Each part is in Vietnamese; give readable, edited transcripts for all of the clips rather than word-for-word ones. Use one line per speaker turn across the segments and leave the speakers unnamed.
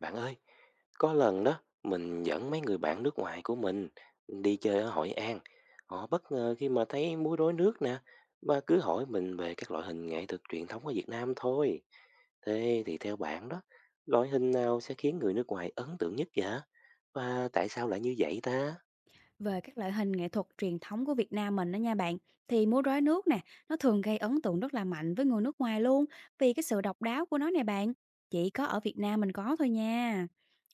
Bạn ơi, có lần đó mình dẫn mấy người bạn nước ngoài của mình đi chơi ở Hội An. Họ bất ngờ khi mà thấy múa rối nước nè và cứ hỏi mình về các loại hình nghệ thuật truyền thống ở Việt Nam thôi. Thế thì theo bạn đó, loại hình nào sẽ khiến người nước ngoài ấn tượng nhất vậy? Và tại sao lại như vậy ta?
Về các loại hình nghệ thuật truyền thống của Việt Nam mình đó nha bạn, thì múa rối nước nè, nó thường gây ấn tượng rất là mạnh với người nước ngoài luôn, vì cái sự độc đáo của nó nè bạn, chỉ có ở Việt Nam mình có thôi nha.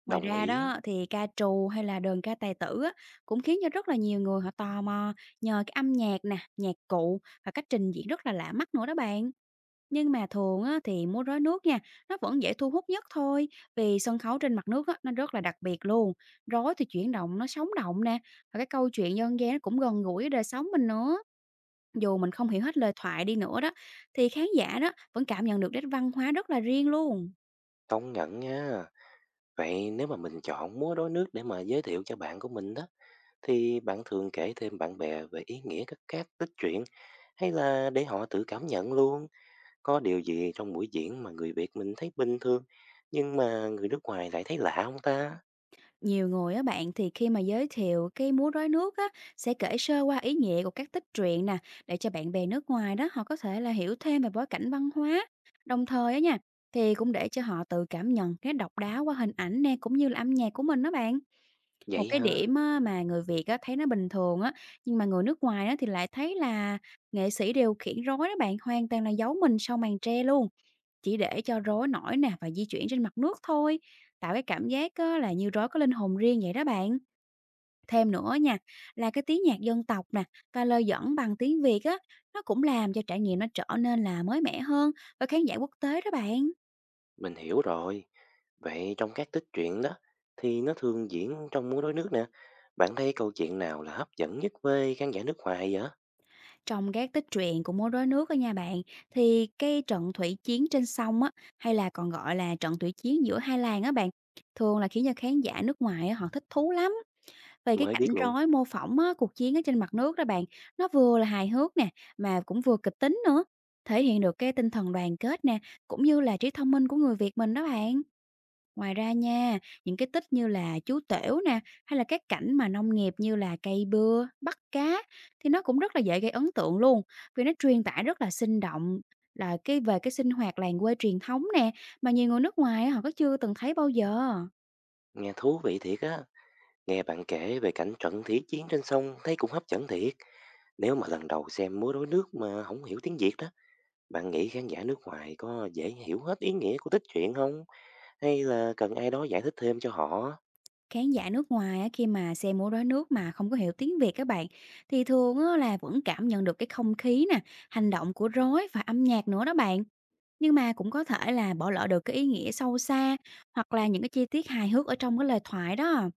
Ngoài
Đồng
ra
ý,
đó thì ca trù hay là đờn ca tài tử á, cũng khiến cho rất là nhiều người họ tò mò nhờ cái âm nhạc nè, nhạc cụ và cách trình diễn rất là lạ mắt nữa đó bạn. Nhưng mà thường á, thì múa rối nước nha, nó vẫn dễ thu hút nhất thôi, vì sân khấu trên mặt nước á, nó rất là đặc biệt luôn. Rối thì chuyển động, nó sống động nè, và cái câu chuyện dân gian nó cũng gần gũi với đời sống mình nữa. Dù mình không hiểu hết lời thoại đi nữa đó, thì khán giả đó vẫn cảm nhận được nét văn hóa rất là riêng luôn.
công nhận nha. Vậy nếu mà mình chọn múa rối nước để mà giới thiệu cho bạn của mình đó, thì bạn thường kể thêm bạn bè về ý nghĩa các cát tích truyện hay là để họ tự cảm nhận luôn có điều gì trong buổi diễn mà người Việt mình thấy bình thường nhưng mà người nước ngoài lại thấy lạ không ta?
Nhiều người á bạn, thì khi mà giới thiệu cái múa rối nước á, sẽ kể sơ qua ý nghĩa của các tích truyện nè, để cho bạn bè nước ngoài đó họ có thể là hiểu thêm về bối cảnh văn hóa. Đồng thời á nha, thì cũng để cho họ tự cảm nhận cái độc đáo qua hình ảnh nè, cũng như là âm nhạc của mình đó bạn. Một
Vậy
cái
hả?
điểm á mà người Việt á thấy nó bình thường á, nhưng mà người nước ngoài á thì lại thấy là nghệ sĩ điều khiển rối đó bạn, hoàn toàn là giấu mình sau màn tre luôn. Chỉ để cho rối nổi nè và di chuyển trên mặt nước thôi, tạo cái cảm giác á là như rối có linh hồn riêng vậy đó bạn. Thêm nữa nha, là cái tiếng nhạc dân tộc nè và lời dẫn bằng tiếng Việt á, nó cũng làm cho trải nghiệm nó trở nên là mới mẻ hơn với khán giả quốc tế đó bạn.
Mình hiểu rồi. Vậy trong các tích truyện đó thì nó thường diễn trong múa rối nước nè. Bạn thấy câu chuyện nào là hấp dẫn nhất với khán giả nước ngoài vậy?
Trong các tích truyện của Múa Rối Nước á nha bạn, thì cái trận thủy chiến trên sông á, hay là còn gọi là trận thủy chiến giữa hai làng á bạn, thường là khiến cho khán giả nước ngoài á, họ thích thú lắm. Vì cái
Mới
cảnh
biết luôn.
rối mô phỏng á, cuộc chiến ở trên mặt nước đó bạn, nó vừa là hài hước nè, mà cũng vừa kịch tính nữa, thể hiện được cái tinh thần đoàn kết nè, cũng như là trí thông minh của người Việt mình đó bạn. Ngoài ra nha, những cái tích như là chú tểu nè, hay là các cảnh mà nông nghiệp như là cây bưa, bắt cá, thì nó cũng rất là dễ gây ấn tượng luôn, vì nó truyền tải rất là sinh động là cái về cái sinh hoạt làng quê truyền thống nè, mà nhiều người nước ngoài á, họ có chưa từng thấy bao giờ.
Nghe thú vị thiệt á. Nghe bạn kể về cảnh trận thí chiến trên sông thấy cũng hấp dẫn thiệt. Nếu mà lần đầu xem múa rối nước mà không hiểu tiếng Việt đó, bạn nghĩ khán giả nước ngoài có dễ hiểu hết ý nghĩa của tích truyện không? Hay là cần ai đó giải thích thêm cho họ?
Khán giả nước ngoài á, khi mà xem múa rối nước mà không có hiểu tiếng Việt các bạn, thì thường á, là vẫn cảm nhận được cái không khí nè, hành động của rối và âm nhạc nữa đó bạn. Nhưng mà cũng có thể là bỏ lỡ được cái ý nghĩa sâu xa, hoặc là những cái chi tiết hài hước ở trong cái lời thoại đó.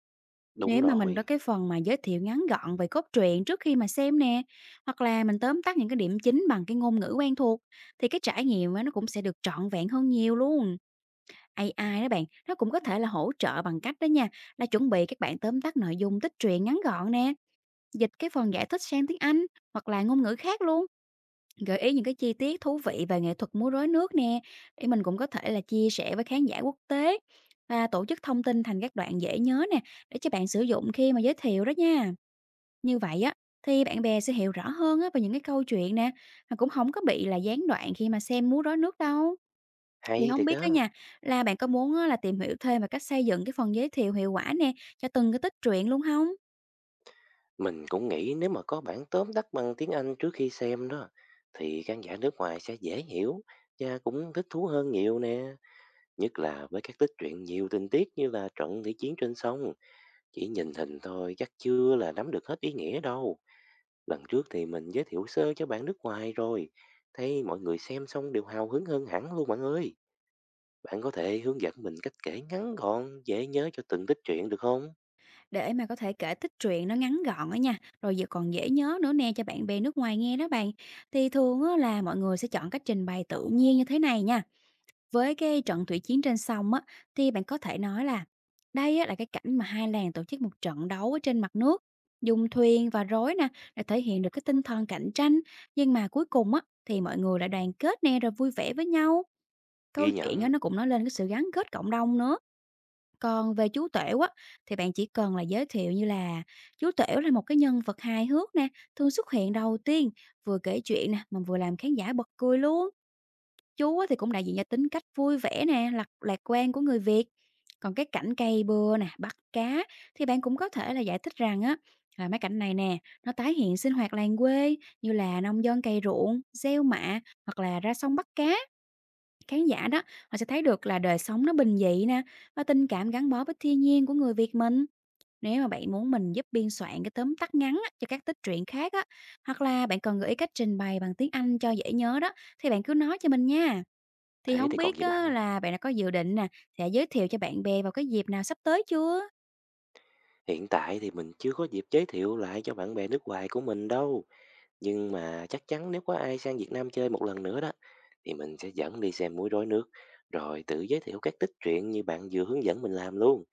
Đúng
Nếu mà mình có
rồi,
cái phần mà giới thiệu ngắn gọn về cốt truyện trước khi mà xem nè, hoặc là mình tóm tắt những cái điểm chính bằng cái ngôn ngữ quen thuộc, thì cái trải nghiệm á, nó cũng sẽ được trọn vẹn hơn nhiều luôn. AI đó bạn, nó cũng có thể là hỗ trợ bằng cách đó nha, là chuẩn bị các bạn tóm tắt nội dung tích truyện ngắn gọn nè, dịch cái phần giải thích sang tiếng Anh hoặc là ngôn ngữ khác luôn, gợi ý những cái chi tiết thú vị về nghệ thuật múa rối nước nè, để mình cũng có thể là chia sẻ với khán giả quốc tế, và tổ chức thông tin thành các đoạn dễ nhớ nè, để cho bạn sử dụng khi mà giới thiệu đó nha. Như vậy á, thì bạn bè sẽ hiểu rõ hơn á về những cái câu chuyện nè, mà cũng không có bị là gián đoạn khi mà xem múa rối nước đâu. Thì
hay
không
thiệt
biết đó
á.
nha, là bạn có muốn á là tìm hiểu thêm về cách xây dựng cái phần giới thiệu hiệu quả nè, cho từng cái tích truyện luôn không?
Mình cũng nghĩ nếu mà có bản tóm tắt bằng tiếng Anh trước khi xem đó, thì khán giả nước ngoài sẽ dễ hiểu và cũng thích thú hơn nhiều nè. Nhất là với các tích truyện nhiều tình tiết như là trận thủy chiến trên sông, chỉ nhìn hình thôi chắc chưa là nắm được hết ý nghĩa đâu. Lần trước thì mình giới thiệu sơ cho bạn nước ngoài rồi, thấy mọi người xem xong đều hào hứng hơn hẳn luôn bạn ơi. Bạn có thể hướng dẫn mình cách kể ngắn gọn, dễ nhớ cho từng tích truyện được không?
Để mà có thể kể tích truyện nó ngắn gọn á nha, rồi giờ còn dễ nhớ nữa nè cho bạn bè nước ngoài nghe đó bạn. Thì thường á là mọi người sẽ chọn cách trình bày tự nhiên như thế này nha. Với cái trận thủy chiến trên sông á, thì bạn có thể nói là đây á là cái cảnh mà hai làng tổ chức một trận đấu ở trên mặt nước, dùng thuyền và rối nè để thể hiện được cái tinh thần cạnh tranh, nhưng mà cuối cùng á thì mọi người lại đoàn kết nè, rồi vui vẻ với nhau. Câu
Ghi
chuyện á,
nhận,
nó cũng nói lên cái sự gắn kết cộng đồng nữa. Còn về chú Tuểu á, thì bạn chỉ cần là giới thiệu như là chú Tuểu là một cái nhân vật hài hước nè, thường xuất hiện đầu tiên, vừa kể chuyện nè, mà vừa làm khán giả bật cười luôn. Chú á, thì cũng đại diện cho tính cách vui vẻ nè, lạc quan của người Việt. Còn cái cảnh cây bừa nè, bắt cá, thì bạn cũng có thể là giải thích rằng á, là mấy cảnh này nè, nó tái hiện sinh hoạt làng quê như là nông dân cày ruộng, gieo mạ, hoặc là ra sông bắt cá. Khán giả đó, họ sẽ thấy được là đời sống nó bình dị nè, và tình cảm gắn bó với thiên nhiên của người Việt mình. Nếu mà bạn muốn mình giúp biên soạn cái tóm tắt ngắn á, cho các tích truyện khác á, hoặc là bạn cần gợi ý cách trình bày bằng tiếng Anh cho dễ nhớ đó, thì bạn cứ nói cho mình nha. Thì
thế
không
thì còn
biết
gì bạn?
á, là bạn đã có dự định nè, sẽ giới thiệu cho bạn bè vào cái dịp nào sắp tới chưa?
Hiện tại thì mình chưa có dịp giới thiệu lại cho bạn bè nước ngoài của mình đâu, nhưng mà chắc chắn nếu có ai sang Việt Nam chơi một lần nữa đó, thì mình sẽ dẫn đi xem múa rối nước, rồi tự giới thiệu các tích truyện như bạn vừa hướng dẫn mình làm luôn.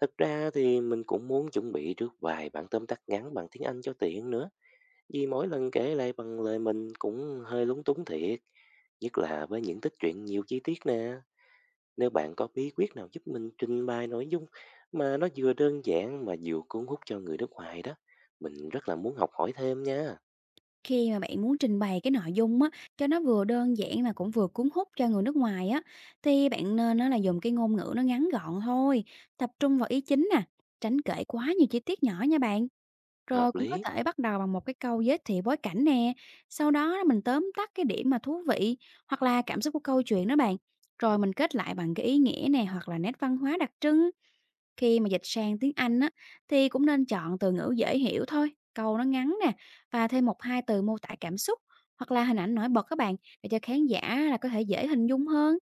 Thật ra thì mình cũng muốn chuẩn bị trước vài bản tóm tắt ngắn bằng tiếng Anh cho tiện nữa. Vì mỗi lần kể lại bằng lời mình cũng hơi lúng túng thiệt, nhất là với những tích truyện nhiều chi tiết nè. Nếu bạn có bí quyết nào giúp mình trình bày nội dung mà nó vừa đơn giản mà vừa cuốn hút cho người nước ngoài đó, mình rất là muốn học hỏi thêm nha.
Khi mà bạn muốn trình bày cái nội dung á, cho nó vừa đơn giản mà cũng vừa cuốn hút cho người nước ngoài á, thì bạn nên nó là dùng cái ngôn ngữ nó ngắn gọn thôi, tập trung vào ý chính nè, tránh kể quá nhiều chi tiết nhỏ nha bạn. Rồi
Hợp
cũng có
lý,
thể bắt đầu bằng một cái câu giới thiệu bối cảnh nè, sau đó mình tóm tắt cái điểm mà thú vị hoặc là cảm xúc của câu chuyện đó bạn. Rồi mình kết lại bằng cái ý nghĩa nè, hoặc là nét văn hóa đặc trưng. Khi mà dịch sang tiếng Anh á, thì cũng nên chọn từ ngữ dễ hiểu thôi, câu nó ngắn nè, và thêm một hai từ mô tả cảm xúc, hoặc là hình ảnh nổi bật các bạn, để cho khán giả là có thể dễ hình dung hơn.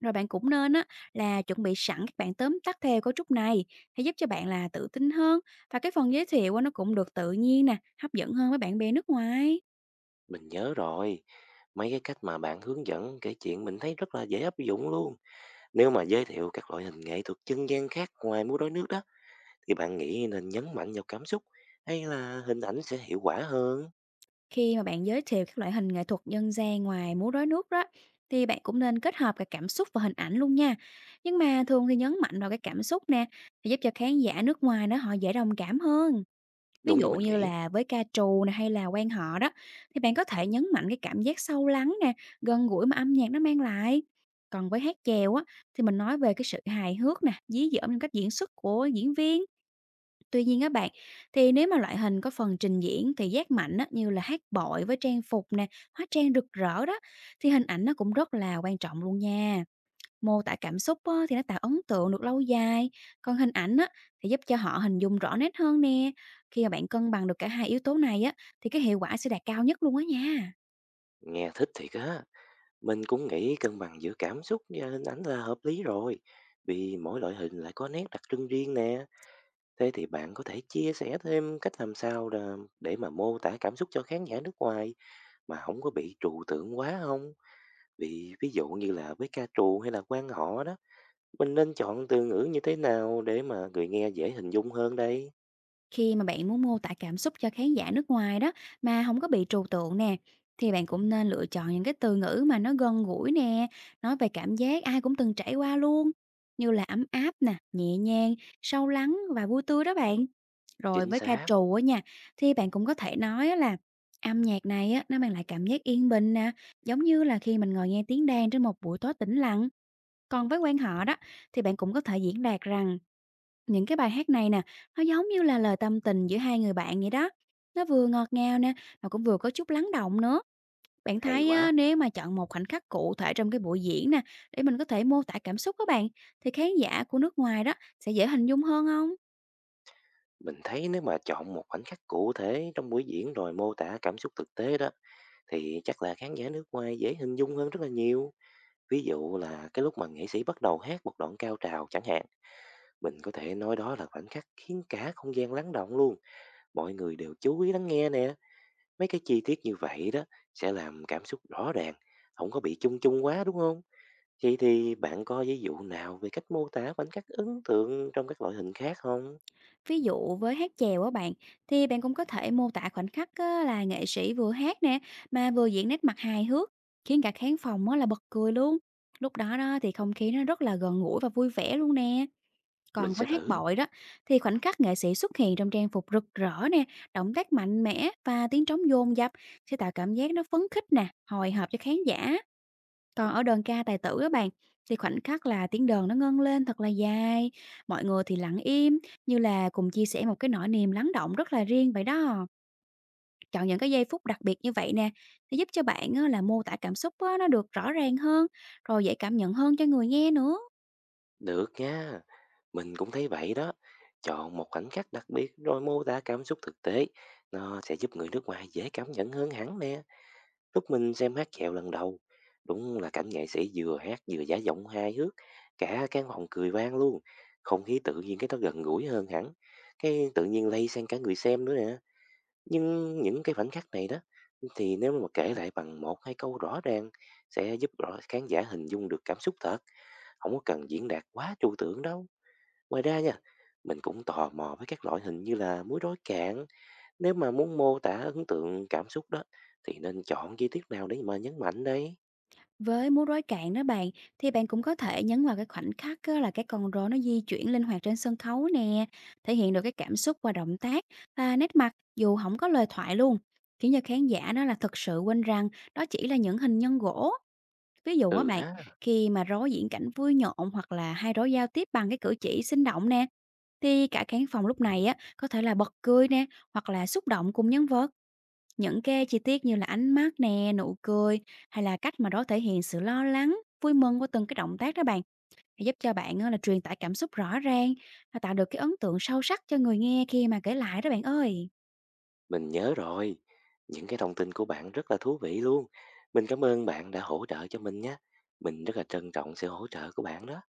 Rồi bạn cũng nên á là chuẩn bị sẵn các bạn tóm tắt theo cấu trúc này, để giúp cho bạn là tự tin hơn, và cái phần giới thiệu á, nó cũng được tự nhiên nè, hấp dẫn hơn với bạn bè nước ngoài.
mình nhớ rồi. Mấy cái cách mà bạn hướng dẫn kể chuyện mình thấy rất là dễ áp dụng luôn. Nếu mà giới thiệu các loại hình nghệ thuật dân gian khác ngoài múa rối nước đó, thì bạn nghĩ nên nhấn mạnh vào cảm xúc hay là hình ảnh sẽ hiệu quả hơn?
Khi mà bạn giới thiệu các loại hình nghệ thuật dân gian ngoài múa rối nước đó, thì bạn cũng nên kết hợp cả cảm xúc và hình ảnh luôn nha. Nhưng mà thường thì nhấn mạnh vào cái cảm xúc nè, thì giúp cho khán giả nước ngoài nó họ dễ đồng cảm hơn. Ví
Đúng như
dụ
mình
như
nghĩ.
là với ca trù này, hay là quan họ đó, thì bạn có thể nhấn mạnh cái cảm giác sâu lắng nè, gần gũi mà âm nhạc nó mang lại. Còn với hát chèo á, thì mình nói về cái sự hài hước nè, dí dỏm trong cách diễn xuất của diễn viên. Tuy nhiên á bạn, thì nếu mà loại hình có phần trình diễn thị giác mạnh á, như là hát bội với trang phục nè, hóa trang rực rỡ đó, thì hình ảnh nó cũng rất là quan trọng luôn nha. Mô tả cảm xúc á, thì nó tạo ấn tượng được lâu dài, còn hình ảnh á, thì giúp cho họ hình dung rõ nét hơn nè. Khi mà bạn cân bằng được cả hai yếu tố này á, thì cái hiệu quả sẽ đạt cao nhất luôn á nha.
Nghe thích thiệt á, mình cũng nghĩ cân bằng giữa cảm xúc và hình ảnh là hợp lý rồi. Vì mỗi loại hình lại có nét đặc trưng riêng nè. Thế thì bạn có thể chia sẻ thêm cách làm sao để mà mô tả cảm xúc cho khán giả nước ngoài mà không có bị trừu tượng quá không? Vì ví dụ như là với ca trù hay là quan họ đó, mình nên chọn từ ngữ như thế nào để mà người nghe dễ hình dung hơn đây?
Khi mà bạn muốn mô tả cảm xúc cho khán giả nước ngoài đó mà không có bị trừu tượng nè, thì bạn cũng nên lựa chọn những cái từ ngữ mà nó gần gũi nè, nói về cảm giác ai cũng từng trải qua luôn, như là ấm áp nè, nhẹ nhàng, sâu lắng và vui tươi đó bạn. Rồi
Chính
với ca
xác,
trù á nha, thì bạn cũng có thể nói á là âm nhạc này á, nó mang lại cảm giác yên bình nè, giống như là khi mình ngồi nghe tiếng đàn trên một buổi tối tĩnh lặng. Còn với quan họ đó, thì bạn cũng có thể diễn đạt rằng những cái bài hát này nè, nó giống như là lời tâm tình giữa hai người bạn vậy đó. Nó vừa ngọt ngào nè, mà cũng vừa có chút lắng động nữa. Bạn
hay
thấy á,
quá.
nếu mà chọn một khoảnh khắc cụ thể trong cái buổi diễn nè, để mình có thể mô tả cảm xúc các bạn, thì khán giả của nước ngoài đó sẽ dễ hình dung hơn không?
Mình thấy nếu mà chọn một khoảnh khắc cụ thể trong buổi diễn rồi mô tả cảm xúc thực tế đó thì chắc là khán giả nước ngoài dễ hình dung hơn rất là nhiều. Ví dụ là cái lúc mà nghệ sĩ bắt đầu hát một đoạn cao trào chẳng hạn, mình có thể nói đó là khoảnh khắc khiến cả không gian lắng động luôn. Mọi người đều chú ý lắng nghe nè. Mấy cái chi tiết như vậy đó sẽ làm cảm xúc rõ ràng, không có bị chung chung quá đúng không? Vậy thì bạn có ví dụ nào về cách mô tả khoảnh khắc ấn tượng trong các loại hình khác không?
Ví dụ với hát chèo á bạn, thì bạn cũng có thể mô tả khoảnh khắc á, là nghệ sĩ vừa hát nè, mà vừa diễn nét mặt hài hước, khiến cả khán phòng á, là bật cười luôn. Lúc đó đó thì không khí nó rất là gần gũi và vui vẻ luôn nè.
Mình
Còn
sẽ
với hát
thử.
bội đó, thì khoảnh khắc nghệ sĩ xuất hiện trong trang phục rực rỡ nè, động tác mạnh mẽ và tiếng trống dồn dập sẽ tạo cảm giác nó phấn khích nè, hồi hộp cho khán giả. Còn ở đờn ca tài tử các bạn, thì khoảnh khắc là tiếng đờn nó ngân lên thật là dài, mọi người thì lặng im, như là cùng chia sẻ một cái nỗi niềm lắng động rất là riêng vậy đó. Chọn những cái giây phút đặc biệt như vậy nè, thì giúp cho bạn á, là mô tả cảm xúc á, nó được rõ ràng hơn, rồi dễ cảm nhận hơn cho người nghe nữa.
Được nha. Mình cũng thấy vậy đó. Chọn một khoảnh khắc đặc biệt rồi mô tả cảm xúc thực tế, nó sẽ giúp người nước ngoài dễ cảm nhận hơn hẳn nè. Lúc mình xem hát chèo lần đầu, đúng là cảnh nghệ sĩ vừa hát vừa giả giọng hài hước, cả căn phòng cười vang luôn. Không khí tự nhiên cái nó gần gũi hơn hẳn, cái tự nhiên lây sang cả người xem nữa nè. Nhưng những cái khoảnh khắc này đó, thì nếu mà kể lại bằng một hai câu rõ ràng, sẽ giúp rõ khán giả hình dung được cảm xúc thật, không có cần diễn đạt quá trừu tượng đâu. Ngoài ra nha, mình cũng tò mò với các loại hình như là muối rối cạn. Nếu mà muốn mô tả ấn tượng cảm xúc đó, thì nên chọn chi tiết nào để mà nhấn mạnh đây?
Với múa rối cạn đó bạn, thì bạn cũng có thể nhấn vào cái khoảnh khắc á, là cái con rối nó di chuyển linh hoạt trên sân khấu nè, thể hiện được cái cảm xúc và động tác và nét mặt dù không có lời thoại luôn, khiến cho khán giả đó là thực sự quên rằng đó chỉ là những hình nhân gỗ. Ví dụ á
Ừ
bạn,
ha,
khi mà rối diễn cảnh vui nhộn hoặc là hai rối giao tiếp bằng cái cử chỉ sinh động nè, thì cả khán phòng lúc này á có thể là bật cười nè, hoặc là xúc động cùng nhân vật. Những cái chi tiết như là ánh mắt nè, nụ cười hay là cách mà đó thể hiện sự lo lắng, vui mừng qua từng cái động tác đó bạn thì giúp cho bạn á là truyền tải cảm xúc rõ ràng và tạo được cái ấn tượng sâu sắc cho người nghe khi mà kể lại đó bạn ơi.
mình nhớ rồi. Những cái thông tin của bạn rất là thú vị luôn. Mình cảm ơn bạn đã hỗ trợ cho mình nhé. Mình rất là trân trọng sự hỗ trợ của bạn đó.